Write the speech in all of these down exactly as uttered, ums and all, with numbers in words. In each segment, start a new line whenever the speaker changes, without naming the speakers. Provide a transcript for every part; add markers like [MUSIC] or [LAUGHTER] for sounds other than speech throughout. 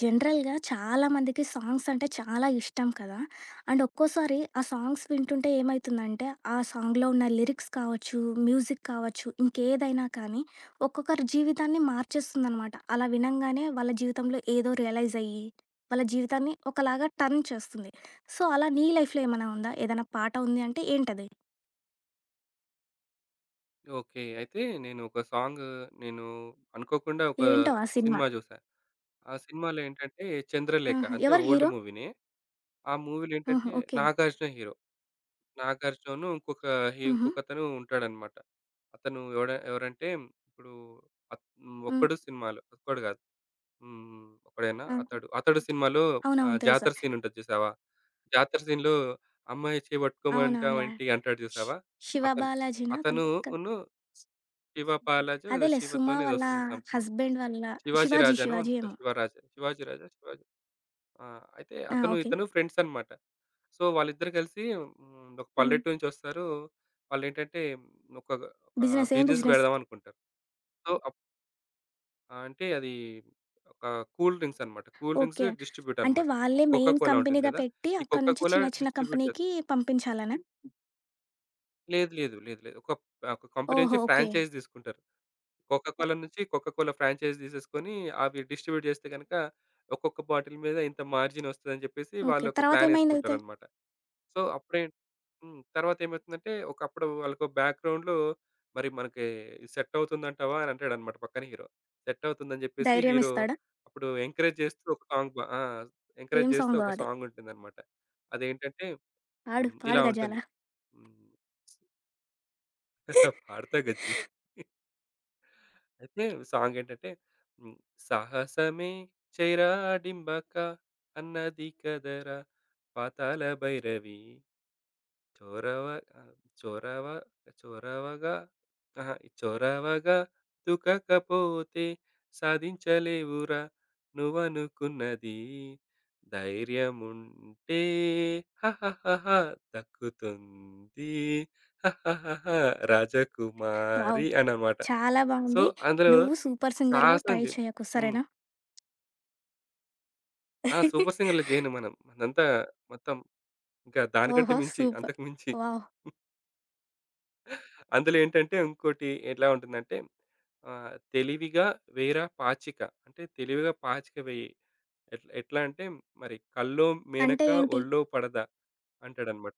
జనరల్‌గా చాలామందికి సాంగ్స్ అంటే చాలా ఇష్టం కదా! అండ్ ఒక్కోసారి ఆ సాంగ్స్ వింటుంటే ఏమైతుందంటే, ఆ సాంగ్‌లో ఉన్న లిరిక్స్ కావచ్చు, మ్యూజిక్ కావచ్చు, ఇంకేదైనా కానీ ఒక్కొక్కరి జీవితాన్ని మార్చేస్తుందనమాట. అలా వినంగానే వాళ్ళ జీవితంలో ఏదో రియలైజ్ అయ్యి, వాళ్ళ జీవితాన్ని ఒకలాగా టర్న్ చేస్తుంది. సో, అలా నీ లైఫ్‌లో ఏమైనా ఉందా? ఏదైనా పాట ఉంది అంటే ఏంటది?
ఓకే. అయితే నేను ఒక సాంగ్ నేను అనుకోకుండా ఒక
ఏంటో ఆ సినిమా.
సినిమా జూసా. ఆ సినిమాలో ఏంటంటే 'చంద్రలేఖ'
ఆహా!
అంటే
ఎవరు
ఓల్డ్
హీరో?
మూవీనే. ఆ మూవీలో
ఆహా!
ఏంటంటే
ఓకే.
నాగార్జున హీరో. నాగార్జునను ఇంకొక హీ
హుహు.
ఇంకొకతను ఉంటాడనమాట. అతను ఎవడ ఎవరంటే ఇప్పుడు అత్ హ్మ్.
హ్మ్.
'ఒక్కడు' సినిమాలో 'ఒక్కడు' గాదు. హ్మ్. 'ఒక్కడేనా'
అంతే.
'అతడు'. 'అతడు' సినిమాలో ఆహ్,
అవునవును. తెలుసు.
జాతర సీన్ ఉంటది జూసావా? జాతర సీన్‌లో అమ్మాయి చేయి
అవునవునులే.
పట్టుకోమంటావేంటి అంటాడు
శి
జూసావా?
'శివ
అతను.
బాలాజీనా
అతనును
అతను? కాదు.
శివ పాలాజో ఏదో
అదేలే 'సుమ'
శివతోనో ఏదో
వాళ్ళ
వస్తుంది సంథింగ్.
హస్బెండ్ వాళ్ళ
'శివాజీ
'శివాజీ'
రాజా'నో
'శివాజీ'
అనుకుంటా.
ఏమో.
'శివరాజా', 'శివాజీ రాజా', 'శివాజీ'. ఆ! అయితే
ఆ!
అతను,
ఓకే.
ఇతను ఫ్రెండ్స్ అన్నమాట. సో, వాళ్ళిద్దరూ కలిసి హ్మ్, ఒక
హ్మ్.
పల్లెటూరు నుంచి వస్తారు. వాళ్ళేంటంటే ఒక, ఒక
బిజినెస్ ఏం
బిజినెస్
బిజినెస్?
పెడదాం అనుకుంటారు. సో, అప్ అంటే అది ఒక కూల్ డ్రింక్స్ అన్నమాట. Cool drinks
okay.
డిస్ట్రిబ్యూట్
అంటే
అన్నమాట.
వాళ్ళే
'కోకా
మెయిన్
కోలా' ఉంటుంది
కంపెనీగా
కదా!
పెట్టి
ఈ
అక్కడి
'కోకా
నుంచి
కోలా'
చిన్న చిన్న
డిస్ట్రిబ్యూట్ చేస్త
కంపెనీకి పంపించాలనా?
లేదు, లేదు, లేదు, లేదు. ఒక ఒక కంపెనీ నుంచి
ఓహో! ఓకే.
ఫ్రాంచైజ్ తీసుకుంటారు. కోకా కోలా నుంచి కోకా కోలా ఫ్రాంచైజ్ తీసేసుకొని అవి డిస్ట్రిబ్యూట్ చేస్తే గనుక ఒక్కొక్క బాటిల్ మీద ఇంత మార్జిన్ వస్తదని చెప్పేసి
ఓకే.
వాళ్ళు ఒక ప్లాన్
తర్వాతేమైందయితే?
వేసుకుంటారనమాట. సో, అప్పుడే హ్మ్. తర్వాత ఏమైతుందంటే ఒకప్పుడు వాళ్ళకో బ్యాక్‌గ్రౌండ్‌లో మరి మనకి సెట్ అవుతుందంటావా అని అంటాడనమాట పక్కన హీరో. సెట్ అవుతుందని చెప్పేసి
ధైర్యం
హీరో
ఇస్తాడా?
అప్పుడు ఎంకరేజ్ చేస్తూ ఒక సాంగ్ బ ఆ! ఎంకరేజ్
ఏం
చేస్తూ
సాంగో
ఒక
అది?
సాంగ్ ఉంటుందనమాట. అదేంటంటే
పాడు.
హ్మ్.
పాడు
ఇలా ఉంటుంది.
'గజాల'.
హ్మ్. [LAUGHS] పాడతా గజ్జి. అయితే సాంగ్ ఏంటంటే హ్మ్. సాహసమే చెరాడింబక అన్నది కదరా పాతాళ భైరవి చొరవ ఆ! చొరవ చొరవగా అహా! చొరవగా దుకకపోతే సాధించలేవురా నువ్వనుకున్నది. ధైర్యముంటే హహహహ దక్కుతుంది. హహహహ
వావ్!
రాజకుమారి అనమాట.
చాలా
సో,
బావుంది.
అందులో
నువ్వు 'సూపర్ సింగర్‌లో'
సాహసం
ట్రై
జె
చేయకు
హ్మ్.
సరేనా?
ఆ! 'సూపర్ సింగర్'లో
[LAUGHS]
జేయను మనం. అదంతా మొత్తం ఇంకా దానికంటే
ఓహో!
మించి,
సూపర్.
అంతకు మించి.
వావ్!
అందులో ఏంటంటే ఇంకోటి ఎలా ఉంటుందంటే ఆహ్, తెలివిగా వేర పాచిక అంటే తెలివిగా పాచిక వెయ్యి. ఎట్లా ఎట్లా అంటే మరి కల్లో
అంటే
మేనక
ఏంటి?
ఒళ్ళో పడద అంటాడన్నమాట.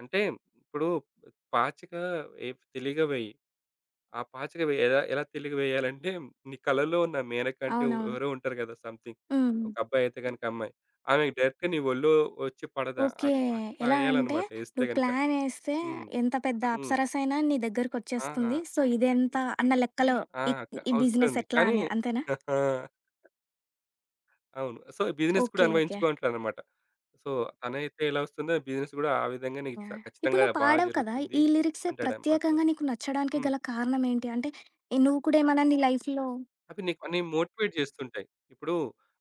అంటే ఇప్పుడు పాచిక ఏ తెలివిగా వెయ్యి. ఆ పాచిక వె ఎలా ఎలా తెలుగు వేయాలంటే, నీ కలలో ఉన్న మేనక అంటే ఎవ-
అవునవును.
ఎవరో ఉంటారు కదా! సంథింగ్.
హ్మ్.
ఒక అబ్బాయి అయితే గనుక అమ్మాయి. ఆమెకి డైరెక్ట్‌గా నీ ఒళ్ళో వచ్చి పడదా
ఓకే.
అట్ అట్లా
ఎలా అంటే
ఎయాలన్నమాట ఎస్తే
నువ్వు
గనుక.
ప్లానేస్తే
హ్మ్.
ఎంత పెద్ద
హ్మ్.
అప్సరస అయినా నీ దగ్గరకొచ్చేస్తుంది.
ఆ!
సో, ఇదెంత అన్న లెక్కలో
ఆ!
ఈ
క
ఈ బిజినెస్
వస్తుంది.
ఎట్లా
కానీ
అనేది అంతేనా?
[LAUGHS] అవును. సో, బిజినెస్ కూడా
ఓకే. ఓకే.
అన్వయించుకో అంటాడన్నమాట. సో, తనైతే ఎలా వస్తుందో బిజినెస్ కూడా ఆ విధంగానే నీకు స
యాహ్! ఇప్పుడు
ఖచ్చితంగా
నువ్వు
బాగా
పాడావు కదా!
జరుగుతుంది
ఈ లిరిక్సే
అంటాడన్నమాట.
ప్రత్యేకంగా నీకు నచ్చడానికి
హ్మ్.
గల కారణం ఏంటి? అంటే ఈ నువ్వు కూడా ఏమన్నా నీ లైఫ్‌లో
అవి నీకు అన్ని మోటివేట్ చేస్తుంటాయి. ఇప్పుడు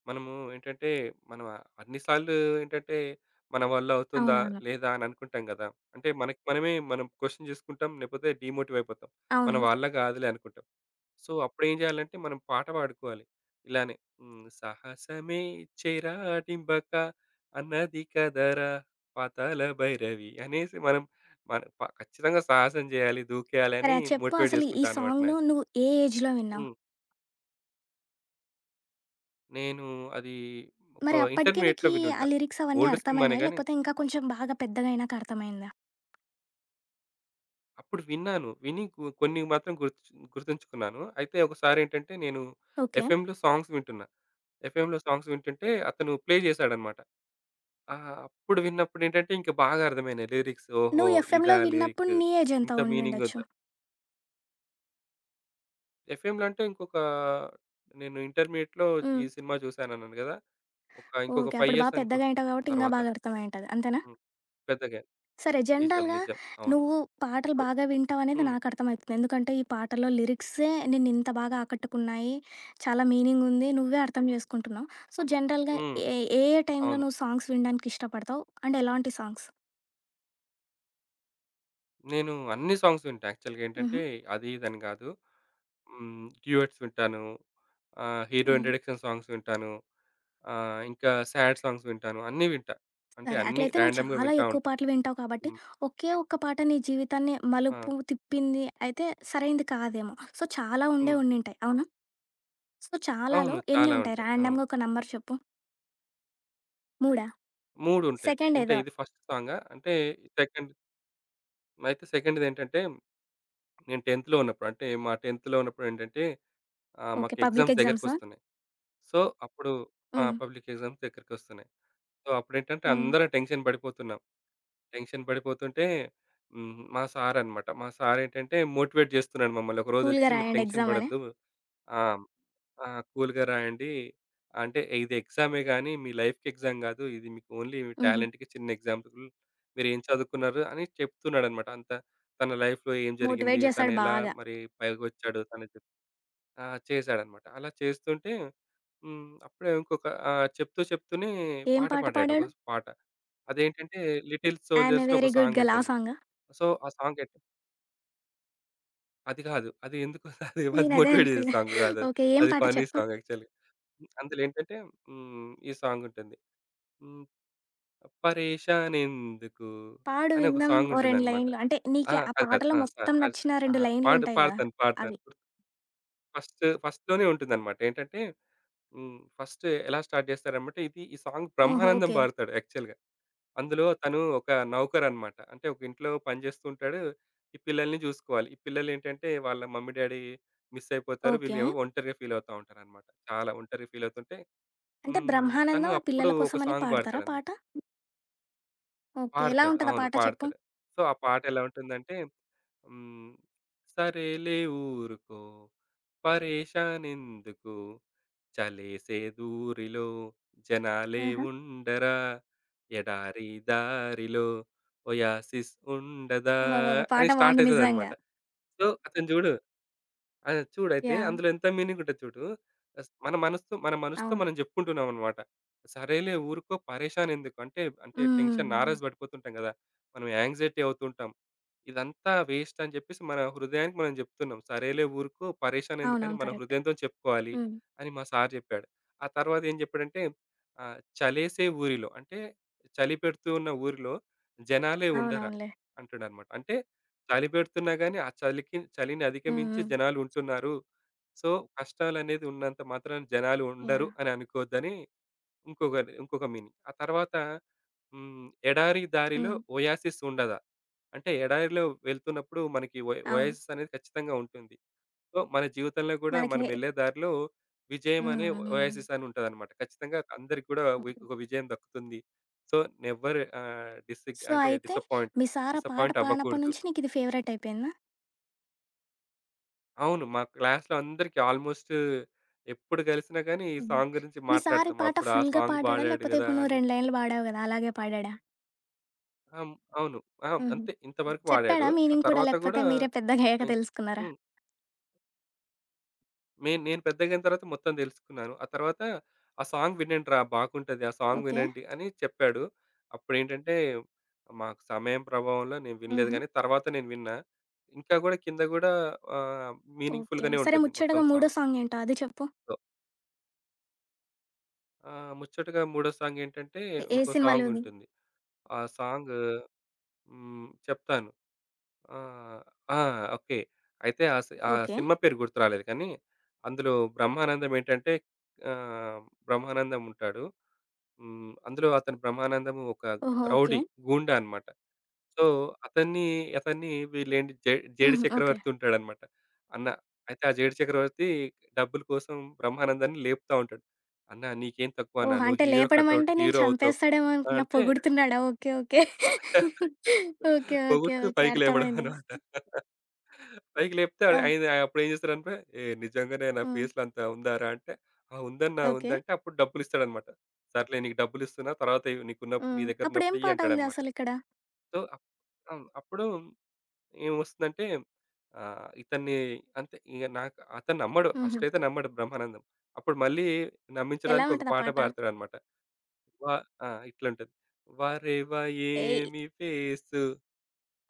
మనము ఏంటంటే, మనం అన్ని సార్లు ఏంటంటే, మన వల్ల అవుతుందా?
అవునవును.
లేదా? అని అనుకుంటాం కదా! అంటే మనకి మనమే మనం క్వెషన్ చేసుకుంటాం. లేకపోతే డీమోటివ్ అయిపోతాం. మన
అవును.
వల్ల కాదులే అనుకుంటాం. సో, అప్పుడేం చేయాలంటే మనం పాట పాడుకోవాలి. ఇలానే హ్మ్. సాహసమే చెరాడింబక అన్నది కదరా పాతాళ భైరవి అనేసి మనం మన ప ఖచ్చితంగా సాహసం చేయాలి, దూకేయాలి
సరే
అని
అది చెప్పు
మోటివేట్
అసలు ఈ
చేసుకుంటా అనమాట. నా
సాంగ్‌ను నువ్వు ఏ ఏజ్‌లో విన్నావు?
హ్మ్. నేను అది ఒక
మరి అప్పటికే
ఇంటర్మీడియేట్‌లో
నీకీ ఆ
వినుంటా.
లిరిక్స్ అవన్నీ
ఓల్డ్ సినిమానే
అర్థమైనాయా?
గాని,
లేకపోతే ఇంకా కొంచెం బాగా పెద్దగా అయినాక అర్థమైందా?
అప్పుడు విన్నాను. విని కొ కొన్ని మాత్రం గుర్తు గుర్తుంచుకున్నాను. అయితే ఒకసారేంటంటే, నేను
ఓకే.
ఎఫ్ఎంలో సాంగ్స్ వింటున్నా. ఎఫ్ఎంలో సాంగ్స్ వింటుంటే అతను ప్లే చేశాడన్నమాట. ఆహ్, అప్పుడు విన్నప్పుడేంటంటే, ఇంక బాగా అర్థమైనాయి లిరిక్స్. ఓహో!
నువ్వు ఎఫ్ఎంలో
ఇదా
విన్నప్పుడు
లిరిక్.
నీ ఏజ్ ఎంత
ఇంత మీనింగ్
ఉండుండొచ్చు?
ఉందా. ఎఫ్ఎంలో అంటే ఇంకొక నేను ఇంటర్మీడియేట్‌లో
హ్మ్.
ఈ సినిమా చూసానన్నాను గదా! ఒక ఇంకొక
ఓకే.
ఐదు
అప్పుడు బా
ఇయర్స్ అనుకో
పెద్దగా అయింటావు కాబట్టి ఇంకా
తర్వాత.
బాగా అర్థమై ఉంటది. అంతేనా?
హ్మ్. పెద్దగా
సరే
నిజం.
జనరల్‌గా
నిజం. అవును.
నువ్వు పాటలు
సో
బాగా వింటావనేది
హ్మ్.
నాకు అర్థమైతుంది. ఎందుకంటే ఈ పాటల్లో లిరిక్సే నిన్నింత బాగా ఆకట్టుకున్నాయి. చాలా మీనింగుంది. నువ్వే అర్థం జేసుకుంటున్నావు. సో, జనరల్‌గా
హ్మ్.
ఏ ఏ ఏ టైంలో
అవును.
నువ్వు సాంగ్స్ వినడానికి ఇష్టపడతావు? అండ్ ఎలాంటి సాంగ్స్?
నేను అన్ని సాంగ్స్ వింటా. యాక్చువల్‌గా ఏంటంటే
హుహు.
అది ఇదని గాదు. హ్మ్. డ్యూయెట్స్ వింటాను. ఆహ్, హీరో
హ్మ్.
ఇంట్రడక్షన్ సాంగ్స్ వింటాను. ఆహ్, ఇంకా సాడ్ సాంగ్స్ వింటాను. అన్నీ వింటా. అంటే
సరే.
అన్నీ
అట్లయితే నువ్వు
రాండమ్‌గా
చాలా
వింటా
ఎక్కువ
ఉంటా.
పాటలు వింటావు కాబట్టి,
హ్మ్.
ఒకే ఒక్క పాట నీ జీవితాన్ని
ఆ!
మలుపు తిప్పింది అయితే సరైంది కాదేమో. సో, చాలా ఉండే
హ్మ్.
ఉండింటాయి. అవునా? సో, చాలాలో
అవును.
ఎన్ని
చాలా
ఉంటాయి?
ఉంటాయి. అవును.
ర్యాండమ్‌గా ఒక నంబర్ చెప్పు. మూడా?
మూడు ఉంటాయి.
సెకండ్
అంటే
ఏదో
ఇది ఫస్ట్ సాంగా అంటే సెకండ్ అయితే సెకండ్‌దేంటంటే నేను 10థ్‌లో ఉన్నప్పుడు అంటే మా 10థ్‌లో ఉన్నప్పుడు ఏంటంటే ఆహ్,
ఓకే.
మాకు
పబ్లిక్
ఎగ్జామ్స్
ఎగ్జామ్సా?
దగ్గరకొస్తున్నాయి. సో, అప్పుడు ఆ!
హ్మ్.
Public exams దగ్గరకొస్తున్నాయి. సో, అప్పుడేంటంటే
హ్మ్.
అందరం టెన్షన్ పడిపోతున్నాం. టెన్షన్ పడిపోతుంటే హ్మ్. మా సారన్నమాట. మా సారేంటంటే మోటివేట్ చేస్తున్నాడు మమ్మల్ని.
కూల్‌గా
ఒకరోజొచ్చి "మీరు
రాయండి
టెన్షన్
ఎగ్జామ్ అని.
పడొద్దు. ఆహ్, ఆహ్, కూల్‌గా రాయండి. అంటే ఇది ఎగ్జామే గానీ, మీ లైఫ్‌కి ఎగ్జామ్ కాదు. ఇది మీకు ఓన్లీ మీ
హుహు.
టాలెంట్‌కి చిన్న ఎగ్జాంపుల్. మీరేం చదువుకున్నారు" అని చెప్తున్నాడన్నమాట. అంత తన లైఫ్‌లో ఏం జరిగింది?
మోటివేట్ చేశాడు
తనెలా
బాగా.
మరి పైకొచ్చాడు? తన ఆ! చేశాడనమాట. అలా చేస్తుంటే హ్మ్. అప్పుడే ఇంకొక ఆహ్, చెప్తూ చెప్తూనే
ఏం
పాట
పాట
పాడాడు. ఒక
పాడాడు?
పాట. అదేంటంటే 'లిటిల్
'ఐయామ్ ఏ
సోల్జర్స్‌లో' ఒక
వెరీ గుడ్
సాంగ్
గర్ల్' ఆ
ఉంటుంది.
సాంగా?
సో, ఆ సాంగ్ ఎట్ అది కాదు. అది ఎందుకు [LAUGHS] అది అది
నేనదే
మోటివేట్ చేసే
అనుకున్నా.
సాంగ్ కాదు అది.
ఓకే. ఏం
అది
పాట
ఫన్నీ
చెప్పు?
సాంగ్ యాక్చువల్‌గా. అందులో ఏంటంటే హ్మ్. ఈ సాంగ్ ఉంటుంది. హ్మ్. 'పరేషాన్ ఎందుకు'
పాడు
అని ఒక
విందాం
సాంగ్
ఓ రెండు
ఉంటుందనమాట.
లైన్‌లు. అంటే
ఆ!
నీకి ఆ
కాదు కాదు.
పాటలో
ఆ! స
మొత్తం
అది సా-
నచ్చిన
ఆ!
రెండు
పాడు
లైన్‌లుంటాయి గదా!
పాడతాను. పాడతాను.
అవి.
ఫస్ట్ ఫస్ట్‌లోనే ఉంటుందనమాట. ఏంటంటే హ్మ్. ఫస్ట్ ఎలా స్టార్ట్ చేస్తారనమంటే, ఇది ఈ సాంగ్
ఓహో!
బ్రహ్మానందం
ఓకే.
పాడతాడు యాక్చువల్‌గా. అందులో తను ఒక నౌకరనమాట. అంటే ఒక ఇంట్లో పని చేస్తూ ఉంటాడు. ఈ పిల్లల్ని చూసుకోవాలి. ఈ పిల్లలేంటంటే, వాళ్ళ మమ్మీ, డ్యాడీ మిస్ అయిపోతారు.
ఓకే.
వీళ్ళేమో ఒంటరిగా ఫీల్ అవుతా ఉంటారనమాట. చాలా ఒంటరిగా ఫీల్ అవుతుంటే
అంటే
హ్మ్. తను
'బ్రహ్మానందం' ఆ
అప్పుడు
పిల్లల
ఒక
కోసమని
సాంగ్
పాడతారా
పాడతాడనమాట.
పాట? ఓకే. ఎలా
పాడతాడు.
ఉంటది ఆ
అవును.
పాట చెప్పు?
పాడతాడు. సో, ఆ పాట ఎలా ఉంటుందంటే హ్మ్. సరేలే ఊరుకో పరేషానెందుకు చలేసే దూరిలో జనాలే
ఆహా!
ఉండరా ఎడారి దారిలో ఒయాసిస్ ఉండదా
అబ్బబ్బబ్బా!
అని
పాట
స్టార్ట్
బావుంది
అవుతుంది అనమాట.
నిజంగా.
సో అతను చూడు ఆ! చూడయితే
యాహ్!
అందులో ఎంత మీనింగుంటది చూడు. అస్ మన మనసుతో మన మనసుతో
అవును.
మనం జెప్పుకుంటున్నామనమాట. సరేలే ఊరుకో పరేషాన్ ఎందుకు? అంటే, అంటే
హ్మ్. హ్మ్.
టెన్షన్ నారాజు
హ్మ్.
పడిపోతుంటాం గదా! మనం యాంగ్జైటీ అవుతుంటాం. ఇదంతా వేస్ట్ అని జెప్పేసి మన హృదయానికి మనం జెప్తున్నాం. సరేలే ఊరుకో పరేషాన్ ఎందుకని
అవునవును.
మన
కరెక్ట్.
హృదయంతోని చెప్పుకోవాలి
హ్మ్.
అని మా సారు జెప్పాడు. ఆ తర్వాత ఏం జెప్పాడంటే ఆహ్, చలేసే ఊరిలో అంటే చలి పెడుతూ ఉన్న ఊరిలో జనాలే ఉండరా
అవునవునులే.
అంటాడనమాట. అంటే చలి పెడుతున్నా గాని, ఆ చలికి చలిని
హ్మ్.
అధిగమించి
హ్మ్.
జనాలు ఉంటున్నారు. సో, కష్టాలనేది ఉన్నంత మాత్రాన జనాలు ఉండరు
యాహ్!
అని అనుకోవద్దని ఇంకొక ఇంకొక మీనింగ్. ఆ తర్వాత హ్మ్, ఎడారి దారిలో
హ్మ్.
ఒయాసిస్ ఉండదా? అంటే ఎడారిలో వెళ్తున్నప్పుడు మనకి ఒ
అవును.
ఒయాసిస్ అనేది ఖచ్చితంగా ఉంటుంది. సో, మన జీవితంలో కూడా
మనకి
మనం
హే
వెళ్ళే దారిలో విజయం అనే
హ్మ్.
ఒయాసిస్
హ్మ్.
అని ఉంటదనమాట. ఖచ్చితంగా అందరికి కూడా వి ఒక విజయం దక్కుతుంది. సో, నెవర్ ఆహ్, డిసిగ్
సో,
అంటే
అయితే
డిసప్పాయింట్
మీ సార్ ఆ పాట
డిసప్పాయింట్
పాడినప్పటి
అవ్వకూడదు.
నుంచి నీకిది ఫేవరెట్ అయిపోయిందా?
అవును. మా క్లాస్‌లో అందరికి ఆల్‌మోస్ట్ ఎప్పుడు కలిసినా గానీ, ఈ
హుహు.
సాంగ్ గురించి
మీ సార్ ఈ
మాట్లాడతాం.
పాట
అప్పుడు ఆ
ఫుల్‌గా
సాంగ్
పాడాడా?
పాడాడు
లేకపోతే
గదా!
ఇప్పుడు నువ్వు
అని.
రెండు లైన్‌లు పాడావు గదా! అలాగే పాడాడా?
ఆహ్, అవును. ఆ!
హుహు.
అంతే ఇంతవరకు వాడాడు.
చెప్పాడా
ఆ
మీనింగ్ కూడా?
తర్వాత
లేకపోతే
గూడా
మీరే పెద్దగయ్యాక
ఇం
తెలుసుకున్నారా?
హ్మ్. నేను నేను పెద్దగయిన తర్వాత మొత్తం తెలుసుకున్నాను. ఆ తర్వాత "ఆ సాంగ్ వినండిరా బాగుంటది. ఆ సాంగ్
ఓకే.
వినండి" అని చెప్పాడు. అప్పుడేంటంటే, మాకు సమయం ప్రభావంలో నేను వినలేదు
హుహు.
గానీ, తర్వాత నేను విన్నా. ఇంకా గూడా కింద గూడా ఆహ్, మీనింగ్‌ఫుల్
ఓకే.
గానే
సరే
ఉంటుంది మొత్తం
ముచ్చటగా మూడో
సాంగ్.
సాంగేంటో అది చెప్పు?
ఆ! ముచ్చటగా మూడో సాంగేంటంటే,
ఎ ఏ
ఇంకో
సినిమాలోది?
సాంగుంటుంది. ఆ సాంగ్ హ్మ్. చెప్తాను. ఆహ్, ఆ! ఓకే. అయితే ఆ సి ఆ
ఓకే.
సినిమా పేరు గుర్తు రాలేదు కానీ, అందులో బ్రహ్మానందం ఏంటంటే ఆహ్, బ్రహ్మానందం ఉంటాడు. హ్మ్. అందులో అతను బ్రహ్మానందము ఒక
ఓహో! ఓకే.
రౌడీ, గూండా అన్నమాట. సో, అతన్ని, అతన్ని వీళ్ళేంటి జే జేడు
హుహు. ఓకే.
చక్రవర్తి ఉంటాడనమాట. అన్న అయితే ఆ జేడు చక్రవర్తి డబ్బుల కోసం బ్రహ్మానందాన్ని లేపుతా ఉంటాడు. "అన్నా నీకేం తక్కువ అన్నా
ఓహో!
నువ్వు
అంటే
హీరో
లేపడం
కటౌట్,
అంటే నేను
హీరో అవుతావు"
చంపేస్తాడేమో అనుకున్న
అంటే
పొగుడుతున్నాడా? ఓకే. ఓకే. ఓకే. ఓకే.
పొగుడుతూ
ఓకే.
పైకి లేపడం
అర్థమైంది.
అనమాట. పైకి లేపితే ఆడు
ఆ!
ఆయన అప్పుడేం చేస్తాడంటే, "ఏయ్! నిజంగానే నా
హ్మ్.
ఫేస్‌లో అంత ఉందారా?" అంటే, "ఆ! ఉందన్నా ఉంది"
ఓకే.
అంటే అప్పుడు డబ్బులిస్తాడనమాట. "సర్లే నీకు డబ్బులిస్తున్నా తర్వాత ఇవ్వు నీకున్నప్పుడు నీ
హ్మ్.
దగ్గరున్నప్పుడు
అప్పుడేం
ఇయ్యి"
పాట ఉంది
అంటాడనమాట.
అసలిక్కడ?
సో, అప్ అవును. అప్పుడు ఏమొస్తుందంటే ఆహ్, ఇతన్ని అంతే ఇగ నాకు అతను నమ్మడు.
హుహు.
ఫస్ట్ అయితే నమ్మడు బ్రహ్మానందం. అప్పుడు మళ్ళీ
ఎలా
నమ్మించడానికి ఒక
ఉంటది ఆ
పాట
పాట?
పాడతాడనమాట. వ ఆ! ఇట్లుంటది. వారేవా
ఏయ్!
ఏమి ఫేసు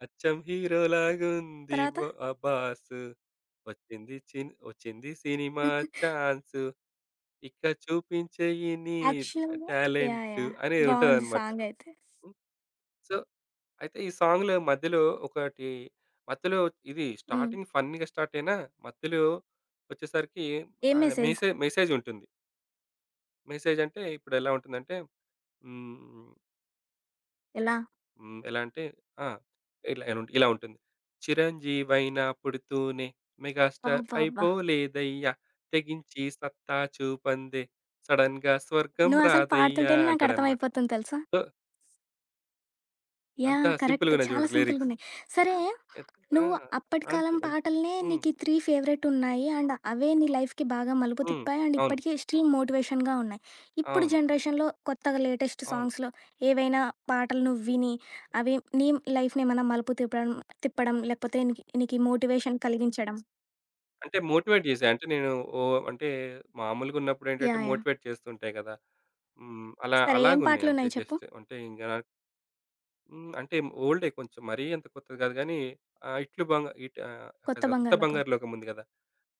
అచ్చం హీరోలాగుంది
తర్వాత?
బొ ఆ బాసు. వచ్చింది చిన్ వచ్చింది సినిమా ఛాన్సు ఇక చూపించేయి నీ
యాక్చువల్‌గా యాహ్!
Talent
yeah!
అనేది
బావుంది
ఉంటదనమాట.
సాంగయితే.
హ్మ్. సో అయితే ఈ సాంగ్‌లో మధ్యలో ఒకటి మధ్యలో ఇది
హ్మ్.
స్టార్టింగ్ ఫన్నీగా స్టార్ట్ అయినా, మధ్యలో వచ్చేసరికి
ఏం
ఆడ
మెసేజ్?
మెసే మెసేజ్ ఉంటుంది. మెసేజ్ అంటే ఇప్పుడు ఎలా ఉంటుందంటే హ్మ్,
ఎలా?
హ్మ్. ఎలా అంటే ఆ! ఇలా ఎనుంట్ ఇలా ఉంటుంది. చిరంజీవైనా పుడుతూనే మెగాస్టార్
అబ్బబ్బా!
అయిపోలేదయ్యా, తెగించి సత్తా చూపందే సడెన్‌గా స్వర్గం
నువ్వసలు
రాదయ్యా
పాడుతుంటేనే
అంటాడన్నమాట.
నాకర్థమైపోతుంది తెలుసా!
సో, అంత
యాహ్!
సింపుల్‌గా
కరెక్ట్.
ఉన్నాయి
చాలా
చూడు లిరిక్స్.
సింపుల్‌గున్నాయి. సరే,
ఎత్ ఆ!
నువ్వు అప్పటి
అంతే.
కాలం
ఎన్
పాటలనే
హ్మ్.
నీకీ మూడు ఫేవరెటున్నాయి. అండ్ అవే నీ లైఫ్‌కి బాగా మలుపు
హ్మ్.
తిప్పాయి. అండ్
అవును.
ఇప్పటికి స్టిల్ మోటివేషన్‌గా ఉన్నాయి. ఇప్పుడు
అవును.
జనరేషన్‌లో కొత్తగా లేటెస్ట్
అవును.
సాంగ్స్‌లో ఏవైనా పాటలు నువ్వు విని, అవి నీ లైఫ్‌నేమన్నా మలుపు తిప్పడం తిప్పడం లేకపోతే నీకి నీకి మోటివేషన్ కలిగించడం?
అంటే మోటివేట్ జేసాయి. అంటే నేను ఓహ్! అంటే మామూలుగా ఉన్నప్పుడేంటంటే
యాహ్! యాహ్!
మోటివేట్ చేస్తుంటాయి గదా! హ్మ్. అలా
సరే ఏం
అలాగున్నాయి అంతే
పాటలున్నాయి చెప్పు?
జస్ట్. అంటే ఇంక హ్మ్. అంటే ఓల్డే కొంచెం మరీ అంత కొత్తది కాదు గానీ ఆహ్, 'ఇట్లు బంగ ఇట్' ఆహ్, కాదు
'కొత్త
కాదు 'కొత్త
బంగారు లోకం'.
బంగారు లోకం' ఉంది గదా!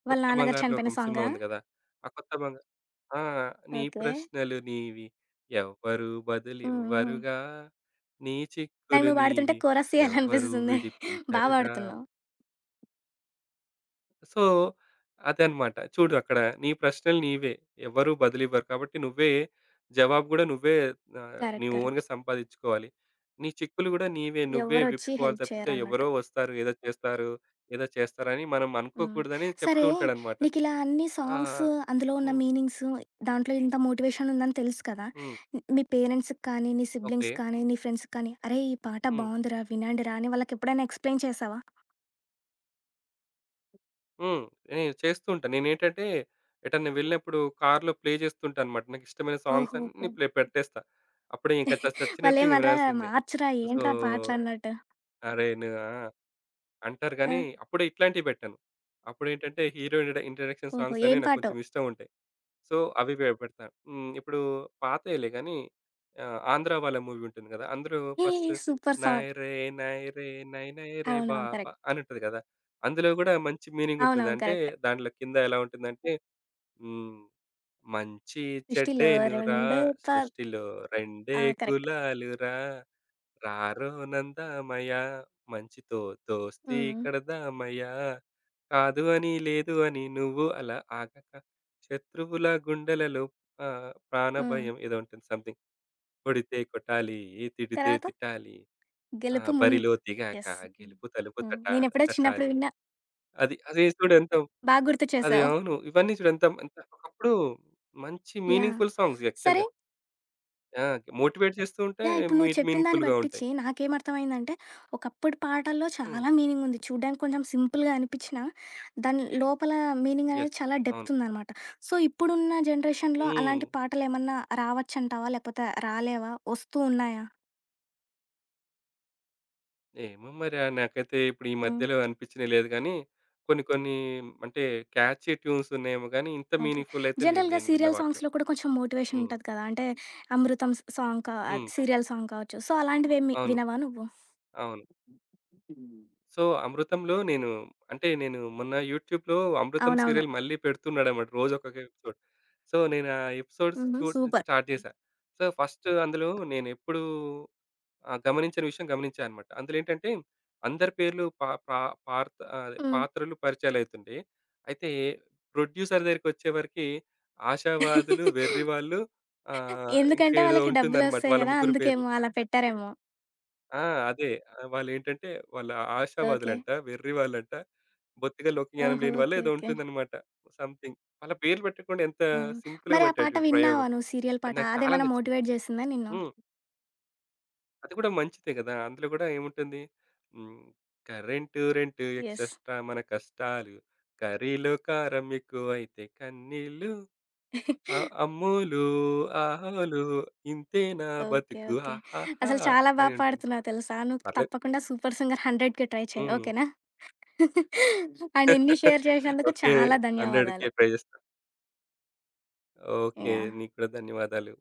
వాళ్ళ
'కొత్త
నాన్నగారు
బంగారు
చనిపోయిన
లోకం' సినిమా
సాంగా?
ఉంది గదా! ఆ 'కొత్త బంగా' ఆ! నీ
ఓకే.
ప్రశ్నలు నీవి ఎవ్వరు
హ్మ్. హ్మ్.
బదులివ్వరుగా నీ
నాకు
చిక్కులు
నువ్వు పాడుతుంటే
నీవి
కోరస్
ఎవ్వరు
చేయాలనిపిస్తుంది. బా
విడిపించరుగా
పాడుతున్నావు.
సో, అదనమాట. చూడు అక్కడ నీ ప్రశ్నలు నీవే. ఎవరు బదులివ్వరు. కాబట్టి నువ్వే జవాబు గూడా నువ్వే ఆహ్, నీ
కరెక్ట్. కరెక్ట్.
ఓన్‌గా సంపాదించుకోవాలి. నీ చిక్కులు గూడా నీవే. నువ్వే
ఎవ్వరొచ్చి
విప్పుకోవాలి
హెల్ప్
తప్పితే ఎవరో
చేయరన్నట్టు.
వస్తారు, ఏదో చేస్తారు, ఏదో చేస్తారని మనం
హ్మ్.
అనుకోకూడదని చెప్తూ
సరే
ఉంటాడనమాట.
నీకిలా అన్ని
ఆ!
సాంగ్స్, అందులో ఉన్న
హ్మ్.
మీనింగ్స్, దాంట్లో ఇంత మోటివేషన్ ఉందని తెలుసు కదా!
హ్మ్.
ని- మీ పేరెంట్స్‌కి కానీ, నీ
ఓకే.
సిబ్లింగ్స్ కానీ, నీ ఫ్రెండ్స్‌కి కానీ, అరేయ్! ఈ పాట
హ్మ్.
బావుందిరా, వినండిరా అని వాళ్ళకెప్పుడైనా ఎక్స్‌ప్లెయిన్ చేశావా?
హ్మ్. నేను చేస్తూ ఉంటా. నేనేంటంటే ఎటన్నా వెళ్ళినప్పుడు కార్‌లో ప్లే చేస్తుంటా అనమాట. నాకిష్టమైన సాంగ్స్
ఓహో!
అన్నీ
ఓకే.
ప్లే పెట్టేస్తా. అప్పుడే ఇంక చ చచ్చినట్టు ఇంక
వాళ్ళేమనరా
వినాల్సిందే.
మార్చురా
సో
ఏంట్రా పాటలన్నట్టు?
అరే! ను ఆ! అంటారు
ఆ!
గానీ, అప్పుడు ఇట్లాంటివి పెట్టను. అప్పుడేంటంటే, హీరో ఇంట్రడ ఇంట్రడక్షన్
ఓహో!
సాంగ్స్
ఏం
అనేవి నాకు
పాటో?
కొంచెం ఇష్టం ఉంటాయి. సో, అవి పె పెడతా. హ్మ్. ఇప్పుడు పాతయిలే గానీ, ఆహ్, 'ఆంధ్ర' వాళ్ళ మూవీ ఉంటుంది గదా! అందులో
ఏ
ఫస్ట్
సూపర్
'నాయ్
సాంగ్.
రే నాయ్ రే నై నై రే
అవునవును.
బాబా'
కరెక్ట్.
అని ఉంటది గదా! అందులో గూడా మంచి మీనింగ్ ఉంటుంది.
అవునవును.
అంటే,
కరెక్ట్.
దాంట్లో కింద ఎలా ఉంటుందంటే, హ్మ్. మంచి
సృష్టిలో
చెడ్డేనురా
రెండే ప
సృష్టిలో
ఆ!
రెండే
కరెక్ట్.
కులాలురా రారో నందామయ మంచితో దోస్తీ
హ్మ్.
కడదామయ కాదు అని లేదు అని నువ్వు అలా ఆగక శత్రువుల గుండెలలో ఆ,
హ్మ్.
ప్రాణభయం ఏదో ఉంటుంది సంథింగ్ కొడితే కొట్టాలి తిడితే
తర్వాత
తిట్టాలి ఆ,
గెలుపు మున్
బరిలో దిగాక
యెస్. హ్మ్.
గెలుపు తలుపు
హ్మ్.
తట
నేనెప్పుడో చిన్నప్పుడు
తట్టాలి
విన్నా.
అది అది చూడు ఎంత
బా గుర్తు
అది
చేశావు.
అవును ఇవన్నీ చూడు ఎంత ఎంత ఒకప్పుడు మంచి
యాహ్!
మీనింగ్ఫుల్ సాంగ్స్
సరే.
యాక్చువల్గా మోటివేట్ చేస్తూ ఉంటే
యాహ్! ఇప్పుడు నువ్వు చెప్పిన దాన్ని
మీనింగ్ఫుల్గా ఉంటాయి
బట్టిచ్చి నాకేమర్థమైందంటే, ఒకప్పుడు పాటల్లో చాలా మీనింగ్ ఉంది. చూడ్డానికి కొంచెం సింపుల్‌గా అనిపిచ్చినా, దాని లోపల మీనింగ్ అనేది
ఎస్
చాలా
అవును
డెప్త్ ఉందనమాట. సో, ఇప్పుడున్న జనరేషన్‌లో
ఉమ్,
అలాంటి పాటలేమన్నా రావచ్చంటావా? లేకపోతే రాలేవా? వస్తూ ఉన్నాయా?
ఏమో మరి ఆహ్, నాకైతే ఇప్పుడు ఈ
హ్మ్.
మధ్యలో అనిపించినయి లేదు గానీ, కొన్ని కొన్ని అంటే క్యాచీ ట్యూన్స్ ఉన్నాయేమో గానీ, ఇంత
ఓకే.
మీనింగ్‌ఫుల్ అయితే లేవు
జనరల్‌గా
నేను విన్న
సీరియల్
వాటిలో.
సాంగ్స్‌లో కూడా కొంచెం మోటివేషన్
హ్మ్.
ఉంటది కదా! అంటే 'అమృతం' స్ సాంగ్ కా
హ్మ్.
సీరియల్ సాంగ్ కావచ్చు. సో, అలాంటివేమి
అవును.
వినవా నువ్వు?
అవును. సో, 'అమృతంలో' నేను అంటే నేను మొన్న యూట్యూబ్‌లో 'అమృతం'
అవునవును.
సీరియల్ మళ్ళీ పెడుతున్నాడన్నమాట. రోజు ఒక్కొక్క ఎపిసోడ్. సో, నేను ఆ ఎపిసోడ్స్
హుహు.
చూడటం
సూపర్.
స్టార్ట్ చేశా. సో, ఫస్ట్ అందులో నేనెప్పుడూ ఆహ్, గమనించని విషయం గమనించా అనమాట. అందులో ఏంటంటే అందరి పేర్లు పా పా పార్త ఆ, అదే
హ్మ్.
పాత్రలు పరిచయాలయితుండే. అయితే ప్రొడ్యూసర్ దగ్గరికొచ్చేవరకి ఆశావాదులు,
[LAUGHS]
వెర్రివాళ్ళు ఆహ్,
ఎందుకంటే
ఇంకేదో
వాళ్ళకి
ఉంటుందన్నమాట
డబ్బులొస్తాయి
వాళ్ళ
గదా!
ముగ్గురు పేర్లు.
అందుకేమో అలా పెట్టారేమో.
ఆ! అదే. ఆహ్, వాళ్ళేంటంటే వాళ్ళు ఏంటంటే వాళ్ళ
ఓకే.
ఆశావాదులంట, వెర్రి వాళ్ళంట. బొత్తిగా లోకజ్ఞానం
ఓహో!
లేని వాళ్ళో
ఓకే.
ఏదో
ఓకే.
ఉంటుందన్నమాట. సంథింగ్. వాళ్ళ పేర్లు పెట్టకుండా ఎంత
హ్మ్.
సింపుల్‌గా
మరి ఆ
పెట్టాడు
పాట
చూడు
విన్నావా
ప్రయోగం.
నువ్వు సీరియల్
అది
పాట?
నాకు చాలా
అదేమన్నా
నచ్చింది.
మోటివేట్ చేసిందా నిన్ను?
హ్మ్. అది కూడా మంచిదే కదా! అందులో కూడా ఏముంటుంది? హ్మ్. Current rent
yes.
ఎక్సస్ట్రా మన కష్టాలు. కర్రీలో కారం ఎక్కువైతే కన్నీళ్ళు. ఆ అమ్మోలు ఆహోలు ఇంతేనా
ఓకే.
బతుకు
ఓకే.
హాహాహా!
అసలు చాలా బా
అని ఉంటుంది.
పాడుతున్నావు తెలుసా? నువ్వు
పర్లేదు.
తప్పకుండా సూపర్ సింగర్ వందకి ట్రై చెయి.
హ్మ్.
ఓకేనా? అండ్ ఇన్ని
[LAUGHS]
షేర్ చేసినందుకు
ఓకే.
చాలా
వందకే
ధన్యవాదాలు.
పే చేస్తా. ఓకే.
యాహ్!
నీకు కూడా ధన్యవాదాలు.